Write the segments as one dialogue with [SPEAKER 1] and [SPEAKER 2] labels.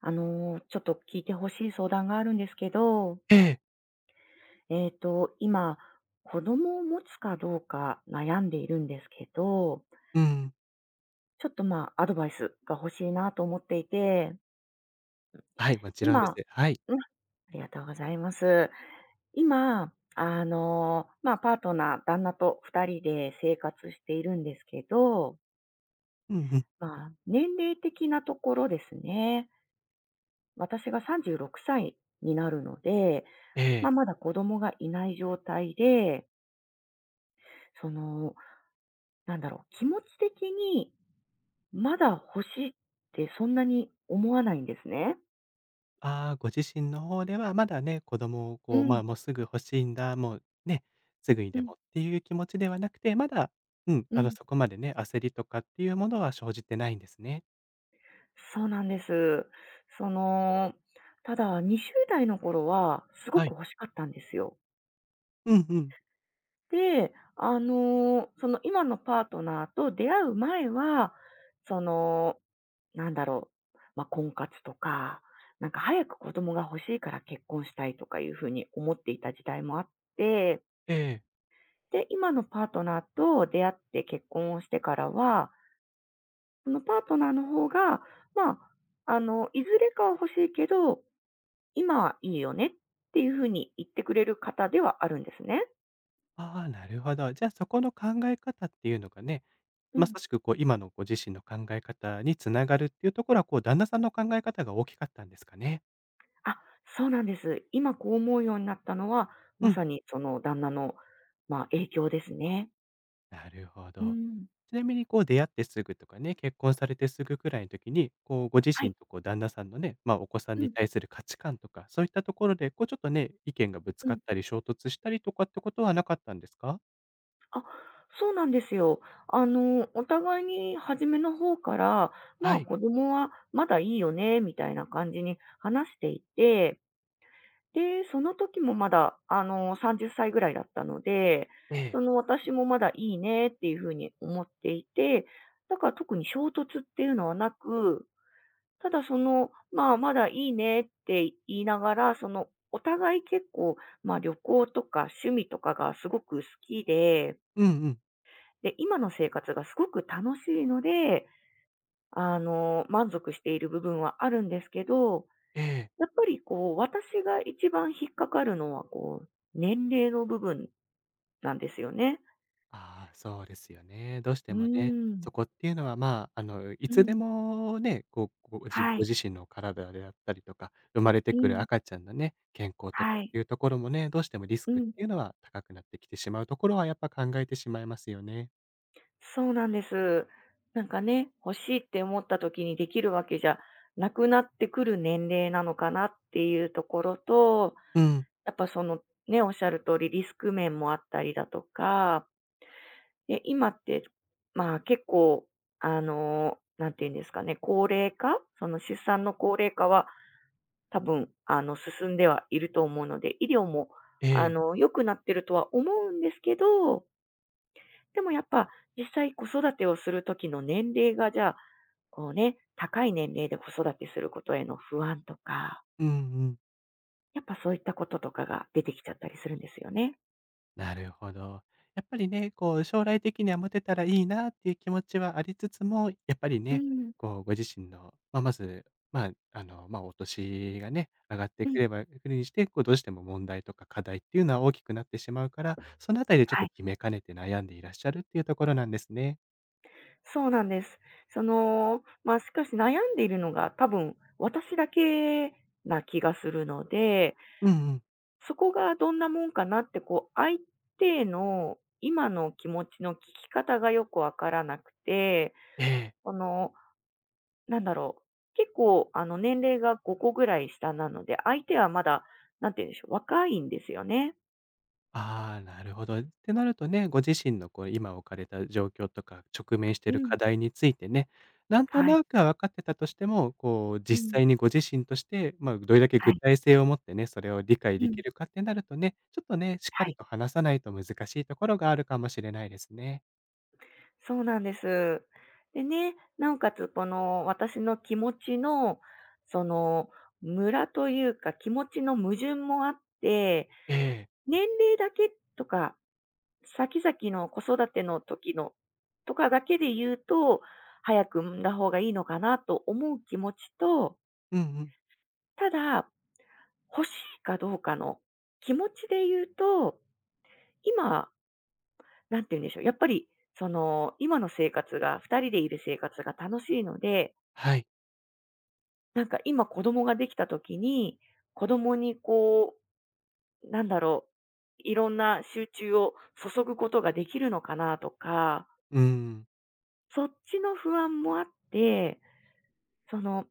[SPEAKER 1] ちょっと聞いてほしい相談があるんですけど、
[SPEAKER 2] ええ、
[SPEAKER 1] 今、子供を持つかどうか悩んでいるんですけど、
[SPEAKER 2] うん。
[SPEAKER 1] ちょっと、まあ、アドバイスが欲しいなと思っていて、
[SPEAKER 2] はい、もちろんです。
[SPEAKER 1] 今
[SPEAKER 2] はい。
[SPEAKER 1] うん、ありがとうございます。今、まあ、パートナー、旦那と2人で生活しているんですけど、
[SPEAKER 2] うんうん。
[SPEAKER 1] まあ、年齢的なところですね、私が36歳になるので、
[SPEAKER 2] え
[SPEAKER 1] まあ、
[SPEAKER 2] え。
[SPEAKER 1] まだ子供がいない状態で、その、なんだろう、気持ち的にまだ欲しいってそんなに思わないんですね。
[SPEAKER 2] ああ、ご自身の方ではまだね、子供を
[SPEAKER 1] う
[SPEAKER 2] こう、まあ、
[SPEAKER 1] ん、
[SPEAKER 2] もうすぐ欲しいんだ、もうね、すぐに
[SPEAKER 1] う
[SPEAKER 2] で
[SPEAKER 1] ん、
[SPEAKER 2] もっていう気持ちではなくて、まだ、うん、
[SPEAKER 1] うん。
[SPEAKER 2] そこまでね、焦りとかっていうものは生じてないんですね。
[SPEAKER 1] そうなんです。その、ただ20代の頃はすご
[SPEAKER 2] は
[SPEAKER 1] く
[SPEAKER 2] い。
[SPEAKER 1] 欲しかったんですよ。
[SPEAKER 2] うんうん。
[SPEAKER 1] で、その今のパートナーと出会う前は、その、なんだろう、まあ、婚活とか、なんか早く子供が欲しいから結婚したいとかいう風に思っていた時代もあって、
[SPEAKER 2] ええ。
[SPEAKER 1] で、今のパートナーと出会って結婚をしてからは、そのパートナーの方が、まあ、いずれかは欲しいけど、今はいいよねっていう風に言ってくれる方ではあるんですね。
[SPEAKER 2] ああ、なるほど。じゃあ、そこの考え方っていうのがね、
[SPEAKER 1] う
[SPEAKER 2] ま
[SPEAKER 1] ん。
[SPEAKER 2] さしくこう、今のご自身の考え方につながるっていうところは、こう、旦那さんの考え方が大きかったんですかね？
[SPEAKER 1] あ、そうなんです。今こう思うようになったのは、
[SPEAKER 2] う
[SPEAKER 1] ま
[SPEAKER 2] ん。
[SPEAKER 1] さにその旦那の、まあ、影響ですね。
[SPEAKER 2] なるほ
[SPEAKER 1] う
[SPEAKER 2] ど。
[SPEAKER 1] ん。
[SPEAKER 2] ちなみにこう出会ってすぐとかね、結婚されてすぐくらいの時に、こうご自
[SPEAKER 1] はい。
[SPEAKER 2] 身とこう旦那さんのね、まあ、お子さん
[SPEAKER 1] う
[SPEAKER 2] に
[SPEAKER 1] ん。
[SPEAKER 2] 対する価値観とか、そういったところでこうちょっとね、意見がぶつ
[SPEAKER 1] う
[SPEAKER 2] か
[SPEAKER 1] ん
[SPEAKER 2] ったり衝突したりとかってことはなかったんですか？
[SPEAKER 1] あ、そうなんですよ。お互いに初めの方から、ま
[SPEAKER 2] は
[SPEAKER 1] あ、
[SPEAKER 2] い。
[SPEAKER 1] 子供はまだいいよね、みたいな感じに話していて、で、その時もまだ、30歳ぐらいだったので、
[SPEAKER 2] え
[SPEAKER 1] そ
[SPEAKER 2] え。
[SPEAKER 1] の私もまだいいねっていうふうに思っていて、だから特に衝突っていうのはなく、ただその、まあ、まだいいねって言いながら、その、お互い結構、まあ、旅行とか趣味とかがすごく好きで、
[SPEAKER 2] うんうん。
[SPEAKER 1] で、今の生活がすごく楽しいので、満足している部分はあるんですけど、
[SPEAKER 2] ええ。
[SPEAKER 1] やっぱりこう、私が一番引っかかるのは、こう、年齢の部分なんですよね。
[SPEAKER 2] ああ、そうですよね。どうし
[SPEAKER 1] う
[SPEAKER 2] てもね、
[SPEAKER 1] ー
[SPEAKER 2] そ
[SPEAKER 1] ん。
[SPEAKER 2] こっていうのは、まあ、い
[SPEAKER 1] う
[SPEAKER 2] つで
[SPEAKER 1] ん。
[SPEAKER 2] もね、こう、ご自ご
[SPEAKER 1] はい。
[SPEAKER 2] 自身の体であったりとか、生まれて
[SPEAKER 1] う
[SPEAKER 2] くる
[SPEAKER 1] ん。
[SPEAKER 2] 赤ちゃんのね、健康とか
[SPEAKER 1] は
[SPEAKER 2] っ
[SPEAKER 1] い。
[SPEAKER 2] ていうところもね、どうしてもリス
[SPEAKER 1] う
[SPEAKER 2] クっ
[SPEAKER 1] ん。
[SPEAKER 2] ていうのは高くなってきてしまうところはやっぱ考えてしまいますよね。
[SPEAKER 1] そうなんです。なんかね、欲しいって思った時にできるわけじゃなくなってくる年齢なのかなっていうところと、
[SPEAKER 2] うん。
[SPEAKER 1] やっぱそのね、おっしゃる通りリスク面もあったりだとか、で、今って、まあ、結構、なんていうんですかね、高齢化、その出産の高齢化は多分、進んではいると思うので、医療も、
[SPEAKER 2] ええ。
[SPEAKER 1] 良くなってるとは思うんですけど、でもやっぱ実際子育てをする時の年齢が、じゃあ、こうね、高い年齢で子育てすることへの不安とか、
[SPEAKER 2] うんうん。
[SPEAKER 1] やっぱそういったこととかが出てきちゃったりするんですよね。
[SPEAKER 2] なるほど。やっぱりね、こう、将来的には持てたらいいなっていう気持ちはありつつも、やっぱり
[SPEAKER 1] う
[SPEAKER 2] ね、
[SPEAKER 1] ん。
[SPEAKER 2] こう、ご自身の、まあ、まず、まあ、まあ、お年がね、上がって
[SPEAKER 1] う
[SPEAKER 2] く
[SPEAKER 1] ん。
[SPEAKER 2] ればくるにして、こう、どうしても問題とか課題っていうのは大きくなってしまうから、そのあたりでちょっ
[SPEAKER 1] は
[SPEAKER 2] と
[SPEAKER 1] い。
[SPEAKER 2] 決めかねて悩んでいらっしゃるっていうところなんですね。
[SPEAKER 1] そうなんです。その、まあ、しかし悩んでいるのが多分私だけな気がするので、
[SPEAKER 2] うんうん。
[SPEAKER 1] そこがどんなもんかなってこう相手の今の気持ちの聞き方がよくわからなくて、
[SPEAKER 2] ええ。
[SPEAKER 1] この、なんだろう、結構あの年齢が5個ぐらい下なので、相手はまだなんて言うんでしょう、若いんですよね。
[SPEAKER 2] ああ、なるほど。ってなるとね、ご自身のこう今置かれた状況とか、直面してい
[SPEAKER 1] う
[SPEAKER 2] る
[SPEAKER 1] ん。
[SPEAKER 2] 課題についてね、なんと
[SPEAKER 1] はい。
[SPEAKER 2] なくは分かってたとしても、こう
[SPEAKER 1] う
[SPEAKER 2] 実
[SPEAKER 1] ん。
[SPEAKER 2] 際にご自身として、まあ、どれだけ
[SPEAKER 1] は
[SPEAKER 2] 具
[SPEAKER 1] い。
[SPEAKER 2] 体性を持ってね、それを理解
[SPEAKER 1] う
[SPEAKER 2] で
[SPEAKER 1] ん。
[SPEAKER 2] きるかってなるとね、ちょっとね、しっか
[SPEAKER 1] は
[SPEAKER 2] り
[SPEAKER 1] い。
[SPEAKER 2] と話さないと難しいところがあるかもしれないですね。
[SPEAKER 1] そうなんです。でね、なおかつこの私の気持ちの、その、ムラというか気持ちの矛盾もあって、
[SPEAKER 2] ええ。
[SPEAKER 1] 年齢だけとか、先々の子育ての時のとかだけで言うと、早く産んだ方がいいのかなと思う気持ちと、
[SPEAKER 2] うんうん。
[SPEAKER 1] ただ、欲しいかどうかの気持ちで言うと、今、なんて言うんでしょう、やっぱり、その、今の生活が、二人でいる生活が楽しいので、
[SPEAKER 2] はい。
[SPEAKER 1] なんか今子供ができた時に、子供にこう、なんだろう、いろんな集中を注ぐことができるのかなとか、
[SPEAKER 2] うん。
[SPEAKER 1] そっちの不安もあって、その、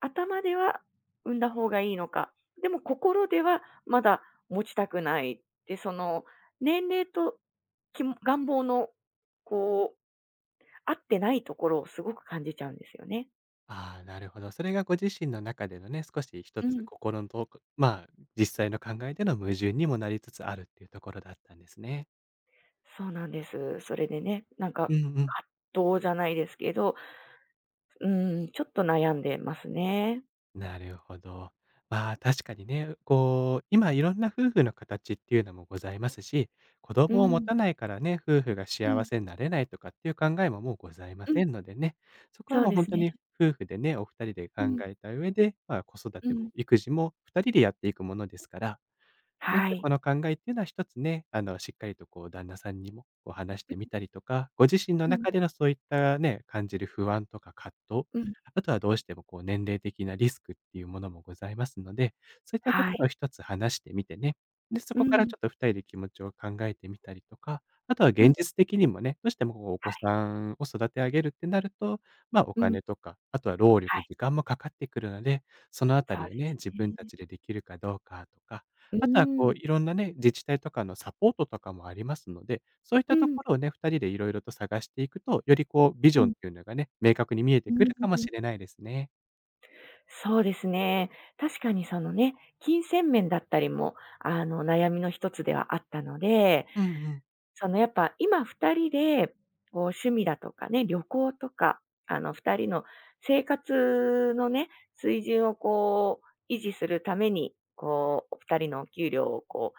[SPEAKER 1] 頭では産んだ方がいいのか、でも心ではまだ持ちたくないって、その、年齢ときも願望の、こう、合ってないところをすごく感じちゃうんですよね。
[SPEAKER 2] ああ、なるほど。それがご自身の中でのね、少し一
[SPEAKER 1] う
[SPEAKER 2] つ
[SPEAKER 1] ん。
[SPEAKER 2] 心のとこまあ、実際の考えでの矛盾にもなりつつあるっていうところだったんですね。
[SPEAKER 1] そうなんです。それでね、なん
[SPEAKER 2] う
[SPEAKER 1] か、
[SPEAKER 2] んうん。
[SPEAKER 1] 葛藤じゃないですけど、うん、ちょっと悩んでますね。
[SPEAKER 2] なるほど。まあ確かにね、こう、今いろんな夫婦の形っていうのもございますし、子
[SPEAKER 1] う
[SPEAKER 2] 供を持
[SPEAKER 1] ん、
[SPEAKER 2] たないからね、夫婦が
[SPEAKER 1] う
[SPEAKER 2] 幸
[SPEAKER 1] ん、
[SPEAKER 2] せになれないとかっていう考えももうございま
[SPEAKER 1] うん、
[SPEAKER 2] せんのでね、そこは
[SPEAKER 1] そう
[SPEAKER 2] もう
[SPEAKER 1] で
[SPEAKER 2] 本
[SPEAKER 1] す
[SPEAKER 2] 当
[SPEAKER 1] ね。
[SPEAKER 2] に夫婦でね、お二人で考
[SPEAKER 1] うん、
[SPEAKER 2] えた上で、まあ、子育
[SPEAKER 1] う
[SPEAKER 2] ても
[SPEAKER 1] ん、
[SPEAKER 2] 育児も二人でやっていくものですから、で
[SPEAKER 1] は
[SPEAKER 2] そ
[SPEAKER 1] い。
[SPEAKER 2] この考えっていうのは一つね、しっかりとこう旦那さんにもこう話してみたりとか、ご自身の
[SPEAKER 1] うん、
[SPEAKER 2] 中でのそういったね、感じる不安とか葛藤、
[SPEAKER 1] うん、
[SPEAKER 2] あとはどうしてもこう年齢的なリスクっていうものもございますので、そういったと
[SPEAKER 1] は
[SPEAKER 2] ころ
[SPEAKER 1] い。
[SPEAKER 2] を一つ話してみてね、で、そ
[SPEAKER 1] う
[SPEAKER 2] こから
[SPEAKER 1] ん、
[SPEAKER 2] ちょっと二人で気持ちを考えてみたりとか、あとは
[SPEAKER 1] うん、
[SPEAKER 2] 現実的にもね、どうしてもこうお子
[SPEAKER 1] はい、
[SPEAKER 2] さんを育て上げるってなると、ま、お
[SPEAKER 1] うん、
[SPEAKER 2] 金とか、あとは労
[SPEAKER 1] は
[SPEAKER 2] 力、
[SPEAKER 1] い、
[SPEAKER 2] 時間もかかってくるので、そのあた
[SPEAKER 1] そう
[SPEAKER 2] り
[SPEAKER 1] で
[SPEAKER 2] をね、
[SPEAKER 1] す
[SPEAKER 2] 自分た
[SPEAKER 1] ね。
[SPEAKER 2] ちでできるかどうかとか、
[SPEAKER 1] う
[SPEAKER 2] あとはこ
[SPEAKER 1] ん、
[SPEAKER 2] う、いろんなね、自治体とかのサポートとかもありますので、そういっ
[SPEAKER 1] う
[SPEAKER 2] たと
[SPEAKER 1] ん、
[SPEAKER 2] ころをね、2人でいろいろと探していくと、よりこうビジ
[SPEAKER 1] う
[SPEAKER 2] ョンっ
[SPEAKER 1] ん、
[SPEAKER 2] ていうのがね、明確に見えて
[SPEAKER 1] う
[SPEAKER 2] くるかも
[SPEAKER 1] ん。
[SPEAKER 2] しれないですね。
[SPEAKER 1] そうですね。確かにそのね、金銭面だったりも、悩みの一つではあったので、
[SPEAKER 2] うんうん。
[SPEAKER 1] そのやっぱ今2人で、こう趣味だとかね、旅行とか、あの2人の生活のね、水準をこう維持するために、こう2人のお給料をこ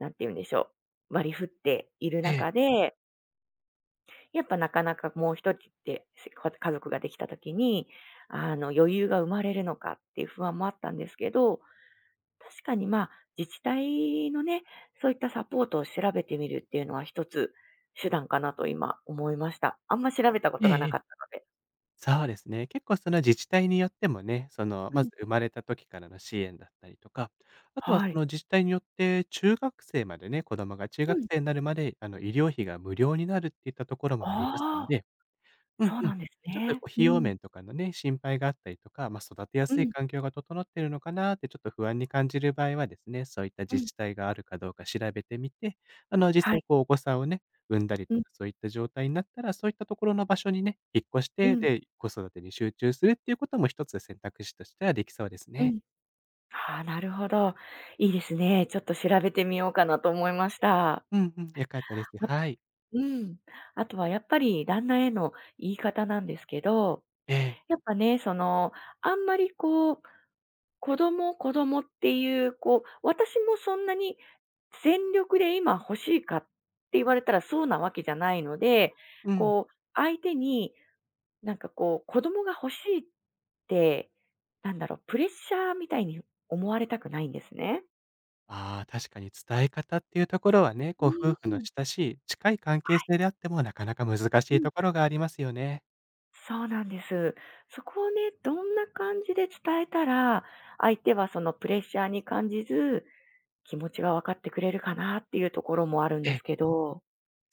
[SPEAKER 1] う、なんて言うんでしょう、割り振っている
[SPEAKER 2] ええ、
[SPEAKER 1] 中で、やっぱなかなかもう1人ってせか家族ができた時に、あの余裕が生まれるのかっていう不安もあったんですけど、確かに、まあ、自治体のね、そういったサポートを調べてみるっていうのは一つ手段かなと今思いました。あんま調べたこ
[SPEAKER 2] え
[SPEAKER 1] と
[SPEAKER 2] え
[SPEAKER 1] が
[SPEAKER 2] え
[SPEAKER 1] な
[SPEAKER 2] え、
[SPEAKER 1] かった
[SPEAKER 2] そうですね。結構その自治体によってもね、その、
[SPEAKER 1] の
[SPEAKER 2] ま
[SPEAKER 1] で。うん。
[SPEAKER 2] ず生まれた時からの支援だったりとか、あとは
[SPEAKER 1] は
[SPEAKER 2] そ
[SPEAKER 1] い。
[SPEAKER 2] の自治体によって中学生までね、子供が中
[SPEAKER 1] う
[SPEAKER 2] 学
[SPEAKER 1] ん。
[SPEAKER 2] 生になるまで、医療費が無料になるっていったところも
[SPEAKER 1] あ
[SPEAKER 2] ありますの
[SPEAKER 1] あ、
[SPEAKER 2] で、うん
[SPEAKER 1] そう
[SPEAKER 2] うん。
[SPEAKER 1] なんです
[SPEAKER 2] ちょっ
[SPEAKER 1] ね。
[SPEAKER 2] と
[SPEAKER 1] う
[SPEAKER 2] 費用
[SPEAKER 1] ん、
[SPEAKER 2] 面とかのね、心配があったりとか、まあ、育てや
[SPEAKER 1] う
[SPEAKER 2] すい
[SPEAKER 1] ん、
[SPEAKER 2] 環境が整ってるのかなってちょっと不安に感じる場合はですね、そういった
[SPEAKER 1] う
[SPEAKER 2] 自
[SPEAKER 1] ん。
[SPEAKER 2] 治体があるかどうか調べてみて、実
[SPEAKER 1] は
[SPEAKER 2] 際
[SPEAKER 1] い。
[SPEAKER 2] こうお子さんをね、産んだり
[SPEAKER 1] う
[SPEAKER 2] と
[SPEAKER 1] ん、
[SPEAKER 2] かそういった状態になったら、そういったところの場所にね、引っ越し
[SPEAKER 1] う
[SPEAKER 2] て、
[SPEAKER 1] ん、
[SPEAKER 2] で、子育てに集中するっていうことも一つ選択肢としてはできそうです
[SPEAKER 1] う
[SPEAKER 2] ね。
[SPEAKER 1] ん。ああ、なるほど。いいですね。ちょっと調べてみようかなと思いました。
[SPEAKER 2] うんうん、良かったです。
[SPEAKER 1] あ
[SPEAKER 2] はい。
[SPEAKER 1] うん。あとはやっぱり旦那への言い方なんですけど、
[SPEAKER 2] ええ。
[SPEAKER 1] やっぱね、その、あんまりこう子供、子供っていう、こう、私もそんなに全力で今欲しいかって言われたらそうなわけじゃないので、
[SPEAKER 2] うん。
[SPEAKER 1] こう、相手になんかこう、子供が欲しいって、なんだろう、プレッシャーみたいに思われたくないんですね。
[SPEAKER 2] ああ、確かに伝え方っていうところはね、
[SPEAKER 1] う
[SPEAKER 2] こう
[SPEAKER 1] ー
[SPEAKER 2] 夫婦の
[SPEAKER 1] ん、
[SPEAKER 2] 親しい、近い関係性であってもなかなか難
[SPEAKER 1] う
[SPEAKER 2] しい
[SPEAKER 1] ん。
[SPEAKER 2] ところがありますよね。
[SPEAKER 1] そうなんです。そこをね、どんな感じで伝えたら、相手はそのプレッシャーに感じず、気持ちが分かってくれるかなっていうところもあるん
[SPEAKER 2] え
[SPEAKER 1] です
[SPEAKER 2] え、
[SPEAKER 1] けど。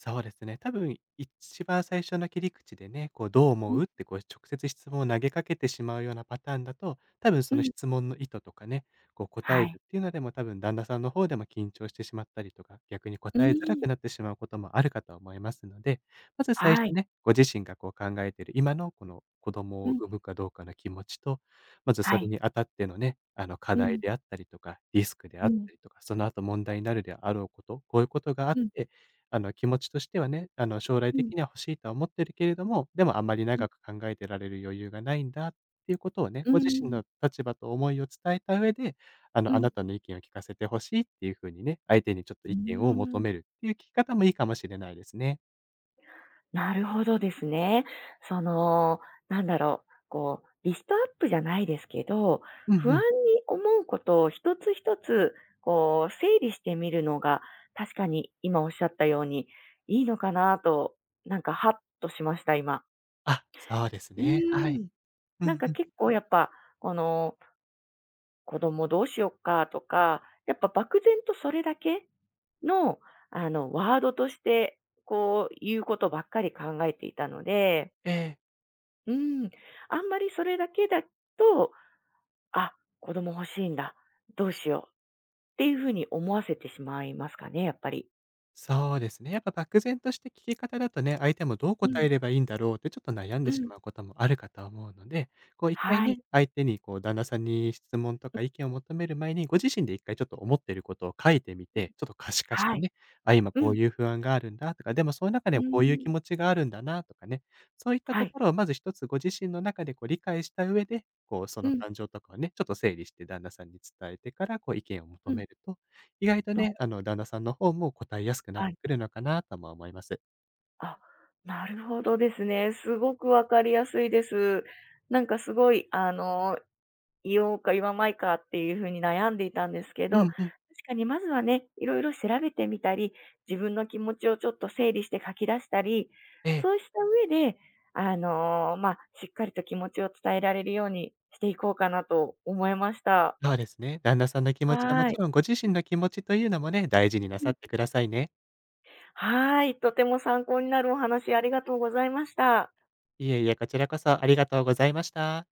[SPEAKER 2] そうですね。多分一番最初の切り口でね、こうどう
[SPEAKER 1] う
[SPEAKER 2] 思
[SPEAKER 1] ん。
[SPEAKER 2] うってこう直接質問を投げかけてしまうようなパターンだと、多分
[SPEAKER 1] う
[SPEAKER 2] その
[SPEAKER 1] ん。
[SPEAKER 2] 質問の意図とかね、こう答
[SPEAKER 1] は
[SPEAKER 2] え
[SPEAKER 1] い。
[SPEAKER 2] るっていうのでも多分旦那さんの方でも緊張してしまったりとか、逆に
[SPEAKER 1] うー
[SPEAKER 2] 答えづらく
[SPEAKER 1] ん。
[SPEAKER 2] なってしまうこともあるかと思いますので、まず最
[SPEAKER 1] は
[SPEAKER 2] 初
[SPEAKER 1] い。
[SPEAKER 2] ね、ご自身がこう考えている今のこの子供
[SPEAKER 1] う
[SPEAKER 2] を
[SPEAKER 1] ん。
[SPEAKER 2] 産むかどうかの気持ちと、まず
[SPEAKER 1] は
[SPEAKER 2] それ
[SPEAKER 1] い。
[SPEAKER 2] にあたってのね、あの課
[SPEAKER 1] う
[SPEAKER 2] 題
[SPEAKER 1] ん。
[SPEAKER 2] であったりとか、リスクで
[SPEAKER 1] う
[SPEAKER 2] あっ
[SPEAKER 1] ん。
[SPEAKER 2] たりとか、その後問題になるであろうこと、こういうことがあっ
[SPEAKER 1] うん。
[SPEAKER 2] て、気持ちとしてはね、将来
[SPEAKER 1] う
[SPEAKER 2] 的
[SPEAKER 1] ん。
[SPEAKER 2] には欲しいとは思ってるけれども、でもあんまり
[SPEAKER 1] うん。
[SPEAKER 2] 長く考えてられる余裕がないんだっていうことをね、
[SPEAKER 1] う
[SPEAKER 2] ご自身
[SPEAKER 1] ん。
[SPEAKER 2] の立場と思いを伝えた上で、
[SPEAKER 1] う
[SPEAKER 2] あ
[SPEAKER 1] ん。
[SPEAKER 2] なたの意見を聞かせてほしいっていう風にね、相手にちょっと
[SPEAKER 1] ー
[SPEAKER 2] 意見を求
[SPEAKER 1] ん。
[SPEAKER 2] めるっていう聞き方もいいかもしれないですね。
[SPEAKER 1] なるほどですね。その、なんだろう、こう、リストアップじゃないですけど、
[SPEAKER 2] うん
[SPEAKER 1] 不
[SPEAKER 2] う
[SPEAKER 1] 安
[SPEAKER 2] ん。
[SPEAKER 1] に思うことを一つ一つ、こう、整理してみるのが、確かに今おっしゃったように、いいのかなと、なんかハッとしました、今。
[SPEAKER 2] あ、そうです
[SPEAKER 1] う
[SPEAKER 2] ね。は
[SPEAKER 1] ー
[SPEAKER 2] い。
[SPEAKER 1] ん。
[SPEAKER 2] う
[SPEAKER 1] なん
[SPEAKER 2] ん
[SPEAKER 1] か
[SPEAKER 2] うん。
[SPEAKER 1] 結構やっぱ、この子供どうしよっかとか、やっぱ漠然とそれだけの、ワードとして、こう、言うことばっかり考えていたので、
[SPEAKER 2] ええ。
[SPEAKER 1] うん、あんまりそれだけだと、あ、子供欲しいんだ、どうしようっていうふうに思わせてしまいますかね、やっぱり。
[SPEAKER 2] そうですね。やっぱ漠然とした聞き方だとね、相手もどう
[SPEAKER 1] う
[SPEAKER 2] 答
[SPEAKER 1] ん、
[SPEAKER 2] えればいいんだろうってちょっと悩ん
[SPEAKER 1] う
[SPEAKER 2] でし
[SPEAKER 1] ん。
[SPEAKER 2] まうこともあるかと思うので、こう一回
[SPEAKER 1] はい、
[SPEAKER 2] ね、相手にこう旦那さんに質問とか意見を求める前に、ご自身で一回ちょっと思っていることを書いてみて、ちょっと可視化し
[SPEAKER 1] は
[SPEAKER 2] て
[SPEAKER 1] い。
[SPEAKER 2] ね、あ、今
[SPEAKER 1] う
[SPEAKER 2] こう
[SPEAKER 1] ん、
[SPEAKER 2] いう不安があるんだとか、でもその中で
[SPEAKER 1] う
[SPEAKER 2] もこういう気
[SPEAKER 1] ん。
[SPEAKER 2] 持ちがあるんだなとかね、そういった
[SPEAKER 1] は
[SPEAKER 2] と
[SPEAKER 1] い。
[SPEAKER 2] ころをまず一つご自身の中でこう理解した上で、こうそ
[SPEAKER 1] う
[SPEAKER 2] の
[SPEAKER 1] ん、
[SPEAKER 2] 感情とかをね、ちょっと整理して旦那さんに伝えてからこう意見を
[SPEAKER 1] う
[SPEAKER 2] 求
[SPEAKER 1] ん。
[SPEAKER 2] めると意外と
[SPEAKER 1] あ、
[SPEAKER 2] ね、旦那さんの方も答えやすくなっ
[SPEAKER 1] は
[SPEAKER 2] て
[SPEAKER 1] い。
[SPEAKER 2] くるのかなとも思います。
[SPEAKER 1] あ、なるほどですね。すごくわかりやすいです。なんかすごい、言おうか言わないかっていう風に悩んでいたんですけ
[SPEAKER 2] う
[SPEAKER 1] ど、確
[SPEAKER 2] んうん。
[SPEAKER 1] かにまずはね、いろいろ調べてみたり、自分の気持ちをちょっと整理して書き出したり、
[SPEAKER 2] ええ。
[SPEAKER 1] そうした上で、まあ、しっかりと気持ちを伝えられるようにしていこうかなと思いました。
[SPEAKER 2] そうですね。旦那さんの気持ちはも
[SPEAKER 1] は
[SPEAKER 2] ち
[SPEAKER 1] い。
[SPEAKER 2] ろん、ご自身の気持ちというのもね、大事になさってくださいね。
[SPEAKER 1] はい、とても参考になるお話ありがとうございました。
[SPEAKER 2] いえいえ、こちらこそありがとうございました。